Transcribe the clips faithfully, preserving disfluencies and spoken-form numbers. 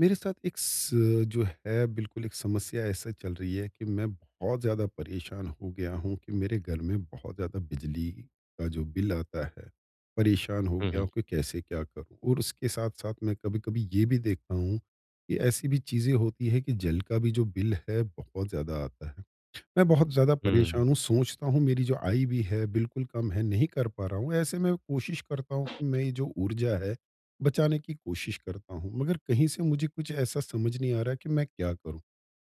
मेरे साथ एक स जो है बिल्कुल एक समस्या ऐसा चल रही है कि मैं बहुत ज़्यादा परेशान हो गया हूँ कि मेरे घर में बहुत ज़्यादा बिजली का जो बिल आता है, परेशान हो गया हम्म, हूँ कि कैसे क्या करूँ? और उसके साथ-साथ मैं कभी-कभी ये भी देखता हूँ कि ऐसी भी चीज़ें होती हैं कि जल का भी जो बिल है बहुत ज़्यादा आता है। मैं बहुत ज़्यादा हम्म, परेशान हूँ, सोचता हूँ मेरी जो आय भी है बिल्कुल कम है, नहीं कर पा रहा हूँ। ऐसे में कोशिश करता हूँ कि मेरी जो ऊर्जा है, बचाने की कोशिश करता हूँ। मगर कहीं से मुझे कुछ ऐसा समझ नहीं आ रहा कि मैं क्या करूँ?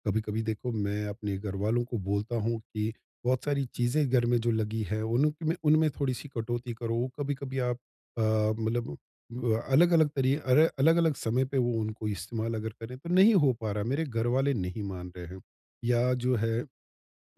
कभी-कभी देखो मैं अपने घरवालों को बोलता हूँ कि बहुत सारी चीज़ें घर में जो लगी है उनक में उनमें थोड़ी-सी कटौती करो। कभी-कभी आप अ, मतलब अ, अलग-अलग तरी अरे अलग-अलग समय पे वो उनको इस्तेमाल अगर करें तो नहीं हो पा रहा, मेरे घरवाले नहीं मान रहे हैं। या जो है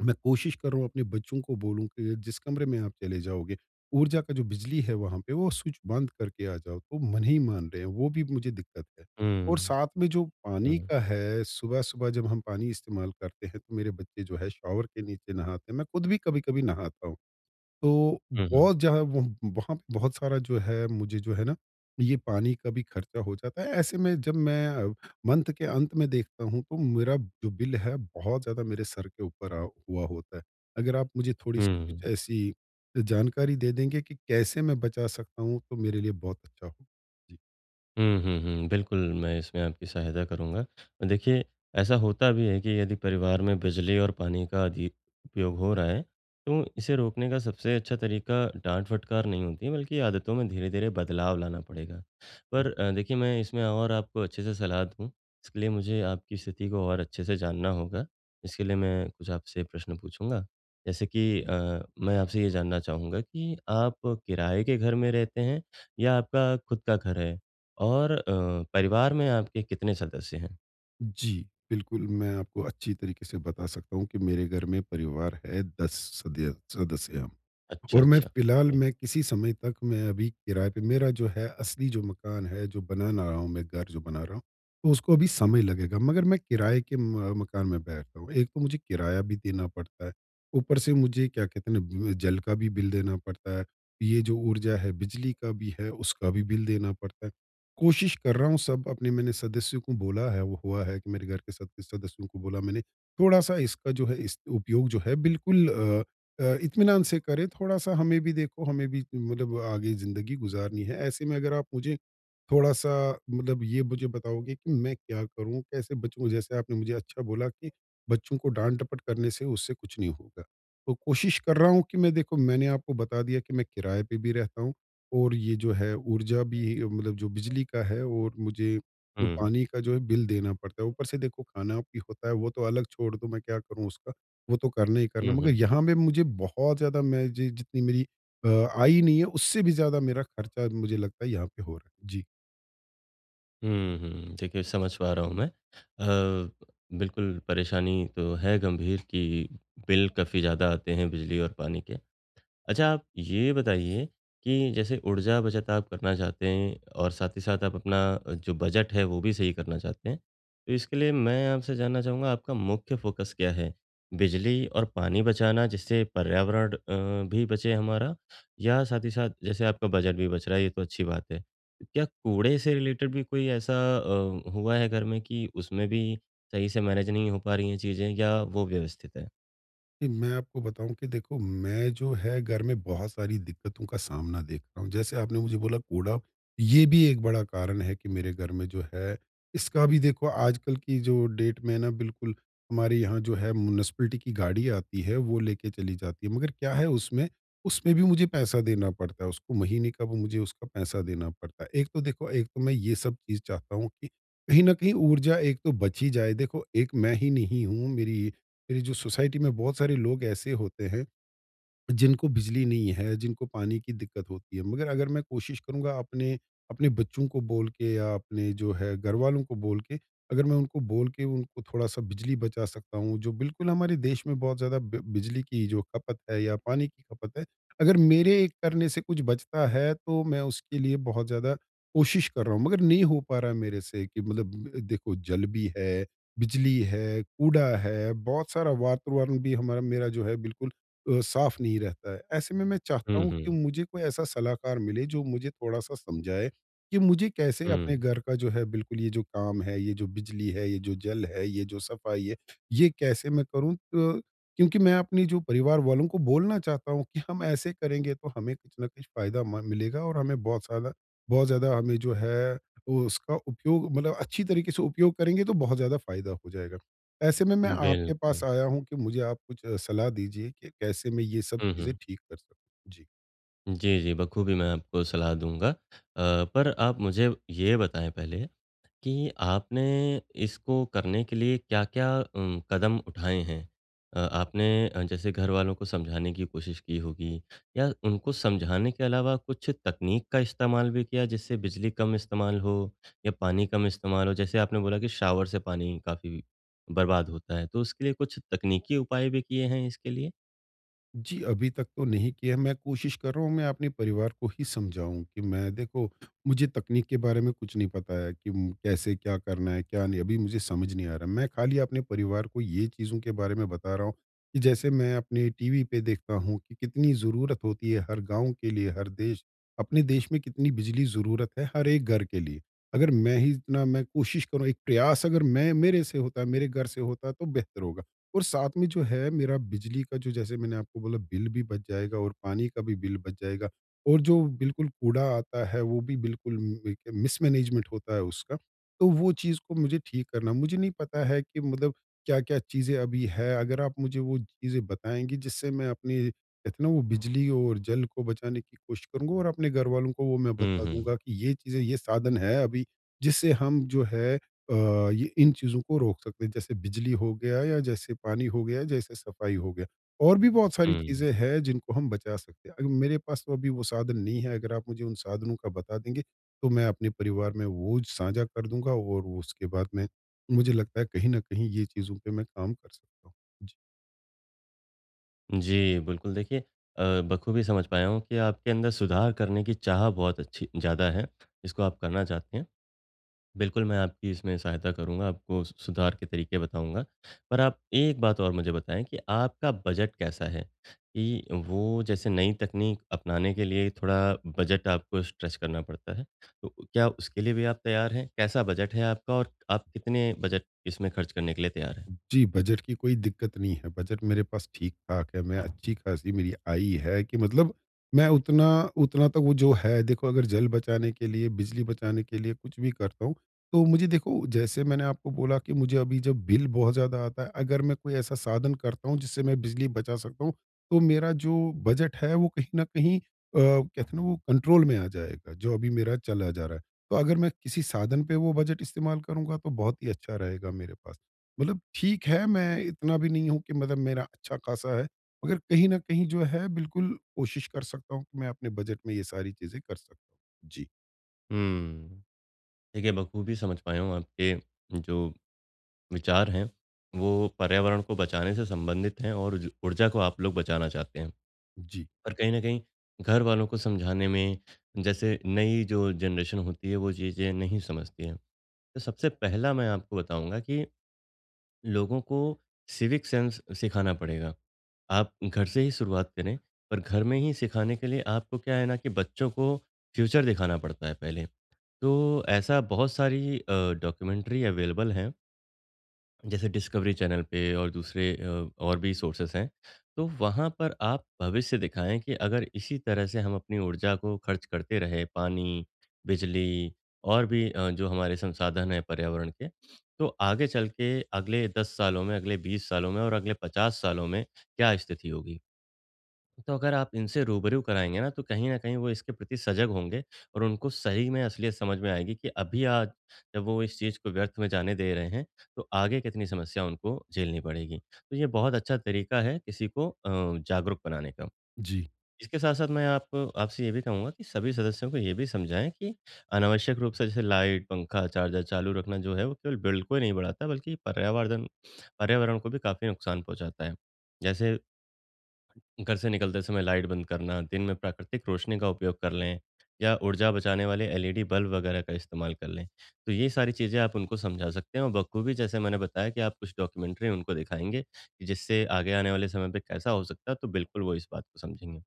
मैं कोशिश कर रहा हूँ अपने बच्चों को बोलूँ कि जिस कमरे में आप चले जाओगे, ऊर्जा का जो बिजली है वहाँ पे वो स्विच बंद करके आ जाओ, तो मन ही मान रहे हैं, वो भी मुझे दिक्कत है। और हम्म, साथ में जो पानी हम्म, का है, सुबह-सुबह जब हम पानी इस्तेमाल करते हैं, तो मेरे बच्चे जो है शॉवर के नीचे नहाते हैं, मैं खुद भी कभी-कभी नहाता हूँ। तो हम्म, हम्म, बहुत जहाँ वो वहाँ पे बहुत सारा जो है मुझे जो है ना, ये पानी का भी खर्चा हो जाता है। ऐसे में जब मैं अ, मंथ के अंत में देखता हूँ तो मेरा जो बिल है बहुत ज़्यादा मेरे सर के ऊपर आ हुआ होता है। अगर आप मुझे थोड़ी-सी हम्म, कुछ ऐसी जानकारी दे देंगे कि कैसे मैं बचा सकता हूँ तो मेरे लिए बहुत अच्छा हो। जी, हुँ, हुँ, हुँ। बिल्कुल, मैं इसमें आपकी सहायता करूँगा। देखिए, ऐसा होता भी है कि यदि परिवार में बिजली और पानी का अधि उपयोग हो रहा है, तो इसे रोकने का सबसे अच्छा तरीका डाँट-फटकार नहीं होती है, बल्कि आदतों में धीरे-धीरे बदलाव लाना पड़ेगा। जी। पर अ, देखिए, मैं इसमें और आपको अच्छे से सलाह दूँ, इसके लिए मुझे आपकी स्थिति को और अच्छे से जानना होगा। इसके लिए मैं कुछ आपसे प्रश्न पूछूँगा। जैसे कि अ, मैं आपसे ये जानना चाहूँगा कि आप किराए के घर में रहते हैं या आपका खुद का घर है? और अ, परिवार में आपके कितने सदस्य हैं? जी, बिल्कुल मैं आपको अच्छी तरीके से बता सकता हूँ कि मेरे घर में परिवार है दस सदय सदस्य हम। अच्छा, और मैं अच्छा। फ़िलहाल जी। मैं किसी समय तक मैं अभी किराए पे मेरा जो है असली जो मकान है, जो बनाना रहा हूँ मैं घर जो बना रहा हूँ, तो उसको अभी समय लगेगा मगर मैं किराए के म मकान में बैठता हूँ। एक तो मुझे किराया भी देना पड़ता है, ऊपर से मुझे क्या कहते हैं ना ब जल का भी बिल देना पड़ता है, ये जो ऊर्जा है बिजली का भी है, उसका भी बिल देना पड़ता है। कोशिश कर रहा हूँ सब अपने मैंने सदस्यों को बोला है वो हुआ है कि मेरे घर के सद सदस्यों को बोला मैंने, थोड़ा-सा इसका जो है इस उपयोग जो है बिल्कुल अ अ, इत्मीनान से करें थोड़ा-सा हमें भी देखो हमें भी मतलब आगे ज़िंदगी गुज़ारनी है। ऐसे में अगर आप मुझे थोड़ा-सा मतलब ये मुझे बताओगे कि मैं क्या करूँ? कैसे बचूँ? जैसे आपने मुझे अच्छा बोला कि बच्चों को डाँट-डपट करने से उससे कुछ नहीं होगा। तो कोशिश कर रहा हूँ कि मैं देखो मैंने आपको बता दिया कि मैं किराए पे भी रहता हूँ और ये जो है ऊर्जा भी मतलब जो बिजली का है और मुझे हुँ। पानी का जो है बिल देना पड़ता है। ऊपर से देखो खाना भी होता है वो तो अलग छोड़ दो मैं क्या करूँ उसका। वो तो करना ही करना हुँ, मगर हुँ। यहाँ पे मुझे बहुत ज़्यादा मैं जि जितनी मेरी अ, आय नहीं है उससे भी ज़्यादा मेरा खर्चा मुझे लगता है यहाँ पे हो रहा है। जी। हुँ, हुँ। देखिए, समझ पा रहा हूँ मैं। अ, बिल्कुल परेशानी तो है गंभीर कि बिल काफ़ी ज़्यादा आते हैं बिजली और पानी के। अच्छा, आप ये बताइए कि जैसे ऊर्जा बचत आप करना चाहते हैं और साथ ही साथ आप अपना अ, जो बजट है वो भी सही करना चाहते हैं। तो इसके लिए मैं आपसे जानना चाहूँगा, आपका मुख्य फ़ोकस क्या है? बिजली और पानी बचाना, जिससे पर्यावरण अ, भी बचे हमारा, या साथ ही साथ जैसे आपका बजट भी बच रहा है, ये तो अच्छी बात है। क्या कूड़े से रिलेटेड भी कोई ऐसा अ, हुआ है घर में कि उसमें भी सही से मैनेज नहीं हो पा रही हैं चीज़ें या वो व्यवस्थित है? कि मैं आपको बताऊँ कि देखो, मैं जो है घर में बहुत सारी दिक्कतों का सामना देख रहा हूँ। जैसे आपने मुझे बोला कूड़ा, ये भी एक बड़ा कारण है कि मेरे घर में जो है इसका भी देखो आजकल की जो डेट में ना बिल्कुल हमारे यहाँ जो है म्युनिसिपैलिटी की गाड़ी आती है, वो लेके चली जाती है। मगर क्या है उसमें, उसमें भी मुझे पैसा देना पड़ता है, उसको महीने का वो मुझे उसका पैसा देना पड़ता है। एक तो देखो, एक तो मैं ये सब चीज़ चाहता हूँ कि कहीं न कहीं ऊर्जा एक तो बची जाए। देखो, एक मैं ही नहीं हूँ, मेरी मेरी जो सोसाइटी में बहुत सारे लोग ऐसे होते हैं जिनको बिजली नहीं है, जिनको पानी की दिक्कत होती है। मगर अगर मैं कोशिश करूँगा अपने अपने बच्चों को बोल के या अपने जो है घरवालों को बोल के, अगर मैं उनको बोल के उनको थोड़ा-सा बिजली बचा सकता हूँ, जो बिल्कुल हमारे देश में बहुत ज़्यादा बि बिजली की जो खपत है या पानी की खपत है, अगर मेरे एक करने से कुछ बचता है, तो मैं उसके लिए बहुत ज़्यादा कोशिश कर रहा हूँ। मगर नहीं हो पा रहा है मेरे से कि मतलब देखो जल भी है, बिजली है, कूड़ा है, बहुत सारा वातावरण भी हमारा मेरा जो है बिल्कुल अ, साफ नहीं रहता है। ऐसे में मैं चाहता हुँ, हूँ कि हुँ। मुझे कोई ऐसा सलाहकार मिले जो मुझे थोड़ा-सा समझाए कि मुझे कैसे अपने हुँ, घर का जो है बिल्कुल ये जो काम है, ये जो बिजली है, ये जो जल है, ये जो सफाई है, ये कैसे मैं करूँ? तो क्योंकि मैं अपने जो परिवार वालों को बोलना चाहता हूँ कि हम ऐसे करेंगे तो हमें कुछ न कुछ फ़ायदा म मिलेगा और हमें बहुत ज़्यादा बहुत ज़्यादा हमें जो है वो उसका उपयोग मतलब अच्छी तरीके से उपयोग करेंगे तो बहुत ज़्यादा फ़ायदा हो जाएगा। ऐसे में मैं आपके पास बिल्कुल। आया हूँ कि मुझे आप कुछ अ, सलाह दीजिए कि कैसे मैं ये सब हुँ, चीज़ें हुँ। ठीक कर सकूँ? जी। जी, जी, बखूबी मैं आपको सलाह दूँगा। अ, पर आप मुझे ये बताएँ पहले कि आपने इसको करने के लिए क्या-क्या उम, कदम उठाए हैं? अ, आपने अ, जैसे घरवालों को समझाने की कोशिश की होगी या उनको समझाने के अलावा कुछ तकनीक का इस्तेमाल भी किया, जिससे बिजली कम इस्तेमाल हो या पानी कम इस्तेमाल हो? जैसे आपने बोला कि शावर से पानी काफ़ी बर्बाद होता है, तो उसके लिए कुछ तकनीकी उपाय भी किए हैं इसके लिए? जी, अभी तक तो नहीं किया है। मैं कोशिश कर रहा हूँ, मैं अपने परिवार को ही समझाऊँ कि मैं देखो, मुझे तकनीक के बारे में कुछ नहीं पता है कि उम, कैसे क्या करना है, क्या नहीं, अभी मुझे समझ नहीं आ रहा। मैं खाली अपने परिवार को ये चीज़ों के बारे में बता रहा हूँ कि जैसे मैं अपने टीवी पे देखता हूँ कि कितनी ज़रूरत होती है हर गाँव के लिए, हर देश अपने देश में कितनी बिजली ज़रूरत है हर एक घर के लिए। अगर मैं ही इतना मैं कोशिश करूँ, एक प्रयास अगर मैं मेरे से होता, मेरे घर से होता, तो बेहतर होगा। और साथ में जो है मेरा बिजली का जो, जैसे मैंने आपको बोला, बिल भी बच जाएगा और पानी का भी बिल बच जाएगा। और जो बिल्कुल कूड़ा आता है वो भी बिल्कुल मिसमैनेजमेंट होता है उसका। तो वो चीज़ को मुझे ठीक करना मुझे नहीं पता है कि मतलब क्या क्या चीज़ें अभी है। अगर आप मुझे वो चीज़ें बताएंगी जिससे मैं अपनी कहते ना वो बिजली और जल को बचाने की कोशिश करूंगा और अपने घर वालों को वो मैं हुँ, बता हुँ। दूंगा कि ये चीज़ें ये साधन है अभी जिससे हम जो है अ, ये इन चीज़ों को रोक सकते हैं। जैसे बिजली हो गया या जैसे पानी हो गया, जैसे सफाई हो गया। और भी बहुत सारी हुँ। चीज़ें हैं जिनको हम बचा सकते हैं। अगर मेरे पास तो अभी वो साधन नहीं है, अगर आप मुझे उन साधनों का बता देंगे, तो मैं अपने परिवार में वो साझा कर दूँगा और उसके बाद में मुझे लगता है कहीं न कहीं ये चीज़ों पे मैं काम कर सकता हूँ। जी, बिल्कुल देखिए, अ, बखूबी समझ पाया हूँ कि आपके अंदर सुधार करने की चाह बहुत अच्छी ज़्यादा है, जिसको आप करना चाहते हैं। बिल्कुल, मैं आपकी इसमें सहायता करूँगा, आपको सु सुधार के तरीके बताऊँगा। पर आप एक बात और मुझे बताएँ कि आपका बजट कैसा है? कि वो जैसे नई तकनीक अपनाने के लिए थोड़ा बजट आपको स्ट्रेच करना पड़ता है, तो क्या उसके लिए भी आप तैयार हैं? कैसा बजट है आपका और आप कितने बजट इसमें खर्च करने के लिए तैयार हैं? जी, बजट की कोई दिक्कत नहीं है। बजट मेरे पास ठीक-ठाक है, मैं अच्छी-खासी मेरी आई है कि मतलब मैं उतना उतना तक वो जो है देखो अगर जल बचाने के लिए, बिजली बचाने के लिए कुछ भी करता हूँ, तो मुझे देखो जैसे मैंने आपको बोला कि मुझे अभी जब बिल बहुत ज़्यादा आता है, अगर मैं कोई ऐसा साधन करता हूँ जिससे मैं बिजली बचा सकता हूँ, तो मेरा जो बजट है वो कहीं न कहीं अ, कहते हैं ना वो कंट्रोल में आ जाएगा, जो अभी मेरा चला जा रहा है। तो अगर मैं किसी साधन पे वो बजट इस्तेमाल करूँगा तो बहुत ही अच्छा रहेगा मेरे पास। मतलब ठीक है, मैं इतना भी नहीं हूँ कि मतलब मेरा अच्छा-खासा है, मगर कहीं न कहीं जो है बिल्कुल कोशिश कर सकता हूँ कि मैं अपने बजट में ये सारी चीज़ें कर सकता हूँ। जी। हुँ, देखिए, बखूबी समझ पाया हूँ आपके जो विचार हैं, वो पर्यावरण को बचाने से संबंधित हैं और ज ऊर्जा को आप लोग बचाना चाहते हैं। जी। पर कहीं न कहीं घर वालों को समझाने में जैसे नई जो जनरेशन होती है, वो चीज़ें नहीं समझती है। तो सबसे पहला मैं आपको बताऊँगा कि लोगों को सिविक सेंस सिखाना पड़ेगा। आप घर से ही शुरुआत करें, पर घर में ही सिखाने के लिए आपको क्या है ना कि बच्चों को फ्यूचर दिखाना पड़ता है पहले। तो ऐसा बहुत सारी अ, डॉक्यूमेंट्री अवेलेबल हैं जैसे डिस्कवरी चैनल पे और दूसरे अ, और भी सोर्सेस हैं, तो वहाँ पर आप भविष्य दिखाएँ कि अगर इसी तरह से हम अपनी ऊर्जा को खर्च करते रहे, पानी, बिजली और भी अ, जो हमारे संसाधन हैं पर्यावरण के, तो आगे चल के अगले दस सालों में, अगले बीस सालों में और अगले पचास सालों में क्या स्थिति होगी? तो अगर आप इनसे रूबरू कराएँगे ना, तो कहीं न कहीं वो इसके प्रति सजग होंगे और उनको सही में असलियत समझ में आएगी कि अभी आज जब वो इस चीज़ को व्यर्थ में जाने दे रहे हैं, तो आगे कितनी समस्या उनको झेलनी पड़ेगी। तो ये बहुत अच्छा तरीका है किसी को अ, जागरूक बनाने का। जी। इसके साथ-साथ मैं आपको आपसे ये भी कहूँगा कि सभी सदस्यों को ये भी समझाएँ कि अनावश्यक रूप से जैसे लाइट, पंखा, चार्जर चालू रखना जो है, वो केवल बिल को ही नहीं बढ़ाता बल्कि पर्यावार्धन पर्यावरण को भी काफ़ी नुकसान पहुँचाता है। जैसे घर से निकलते समय लाइट बंद करना, दिन में प्राकृतिक रोशनी का उपयोग कर लें या ऊर्जा बचाने वाले एलईडी बल्ब वगैरह का इस्तेमाल कर लें। तो ये सारी चीज़ें आप उनको समझा सकते हैं और बखूबी, जैसे मैंने बताया, कि आप कुछ डॉक्यूमेंट्री उनको दिखाएँगे, जिससे आगे आने वाले समय पे कैसा हो सकता है, तो बिल्कुल वो इस बात को समझेंगे।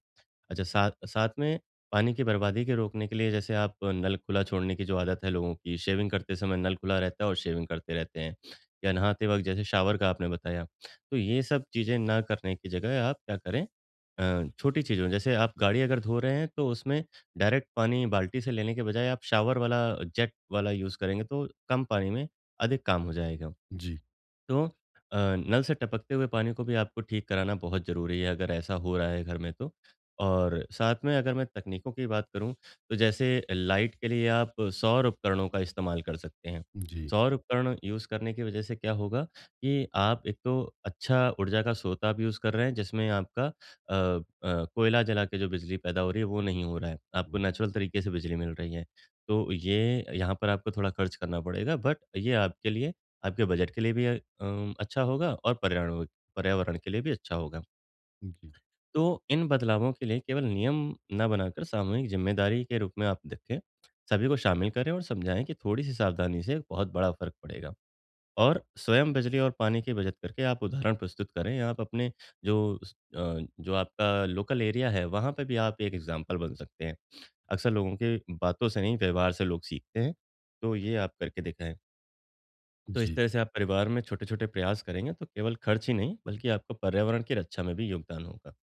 अच्छा, साथ साथ में पानी की बर्बादी के रोकने के लिए, जैसे आप नल खुला छोड़ने की जो आदत है लोगों की, शेविंग करते समय नल खुला रहता है और शेविंग करते रहते हैं, या नहाते वक़्त जैसे शावर का आपने बताया। तो ये सब चीज़ें ना करने की जगह आप क्या करें, अ, छोटी चीज़ों जैसे आप गाड़ी अगर धो रहे हैं तो उसमें डायरेक्ट पानी बाल्टी से लेने के बजाय आप शावर वाला, जेट वाला यूज़ करेंगे तो कम पानी में अधिक काम हो जाएगा। जी। तो अ, नल से टपकते हुए पानी को भी आपको ठीक कराना बहुत ज़रूरी है, अगर ऐसा हो रहा है घर में तो। और साथ में अगर मैं तकनीकों की बात करूँ, तो जैसे लाइट के लिए आप सौर उपकरणों का इस्तेमाल कर सकते हैं। जी। सौर उपकरण यूज़ करने की वजह से क्या होगा कि आप एक तो अच्छा ऊर्जा का स्रोत आप यूज़ कर रहे हैं, जिसमें आपका अ अ, कोयला जला के जो बिजली पैदा हो रही है, वो नहीं हो रहा है। आपको हुँ। नेचुरल तरीके से बिजली मिल रही है। तो ये यहाँ पर आपको थोड़ा खर्च करना पड़ेगा, बट ये आपके लिए, आपके बजट के लिए भी अ, अच्छा होगा और पर्यावरण पर्यावरण के लिए भी अच्छा होगा। जी। तो इन बदलावों के लिए केवल नियम ना बनाकर, सामूहिक ज़िम्मेदारी के रूप में आप देखें। सभी को शामिल करें और समझाएँ कि थोड़ी-सी सावधानी से बहुत बड़ा फ़र्क पड़ेगा। और स्वयं बिजली और पानी की बचत करके आप उदाहरण प्रस्तुत करें। आप अपने जो स अ, जो आपका लोकल एरिया है, वहाँ पे भी आप एक एग्ज़ाम्पल बन सकते हैं। अक्सर लोगों की बातों से नहीं, व्यवहार से लोग सीखते हैं। तो ये आप करके दिखाएँ। तो इस जी। तरह से आप परिवार में छोटे-छोटे प्रयास करेंगे तो केवल खर्च ही नहीं, बल्कि आपका पर्यावरण की रक्षा में भी योगदान होगा।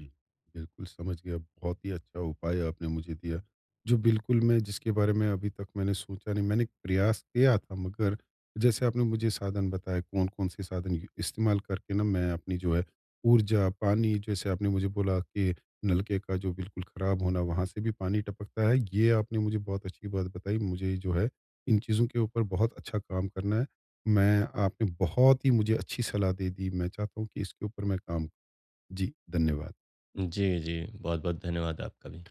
जी, बिल्कुल समझ गया। बहुत ही अच्छा उपाय आपने मुझे दिया, जो बिल्कुल मैं जिसके बारे में अभी तक मैंने सोचा नहीं। मैंने प्रयास किया था मगर जैसे आपने मुझे साधन बताए कौन-कौन से साधन इ इस्तेमाल करके ना मैं अपनी जो है ऊर्जा, पानी जैसे आपने मुझे बोला कि नलके का जो बिल्कुल ख़राब होना वहाँ से भी पानी टपकता है। ये आपने मुझे बहुत अच्छी बात बताई। मुझे जो है इन चीज़ों के ऊपर बहुत अच्छा काम करना है। मैं आपने बहुत ही मुझे अच्छी सलाह दे दी। मैं चाहता हूँ कि इसके ऊपर मैं काम जी, धन्यवाद। जी, जी। बहुत-बहुत धन्यवाद आपका भी।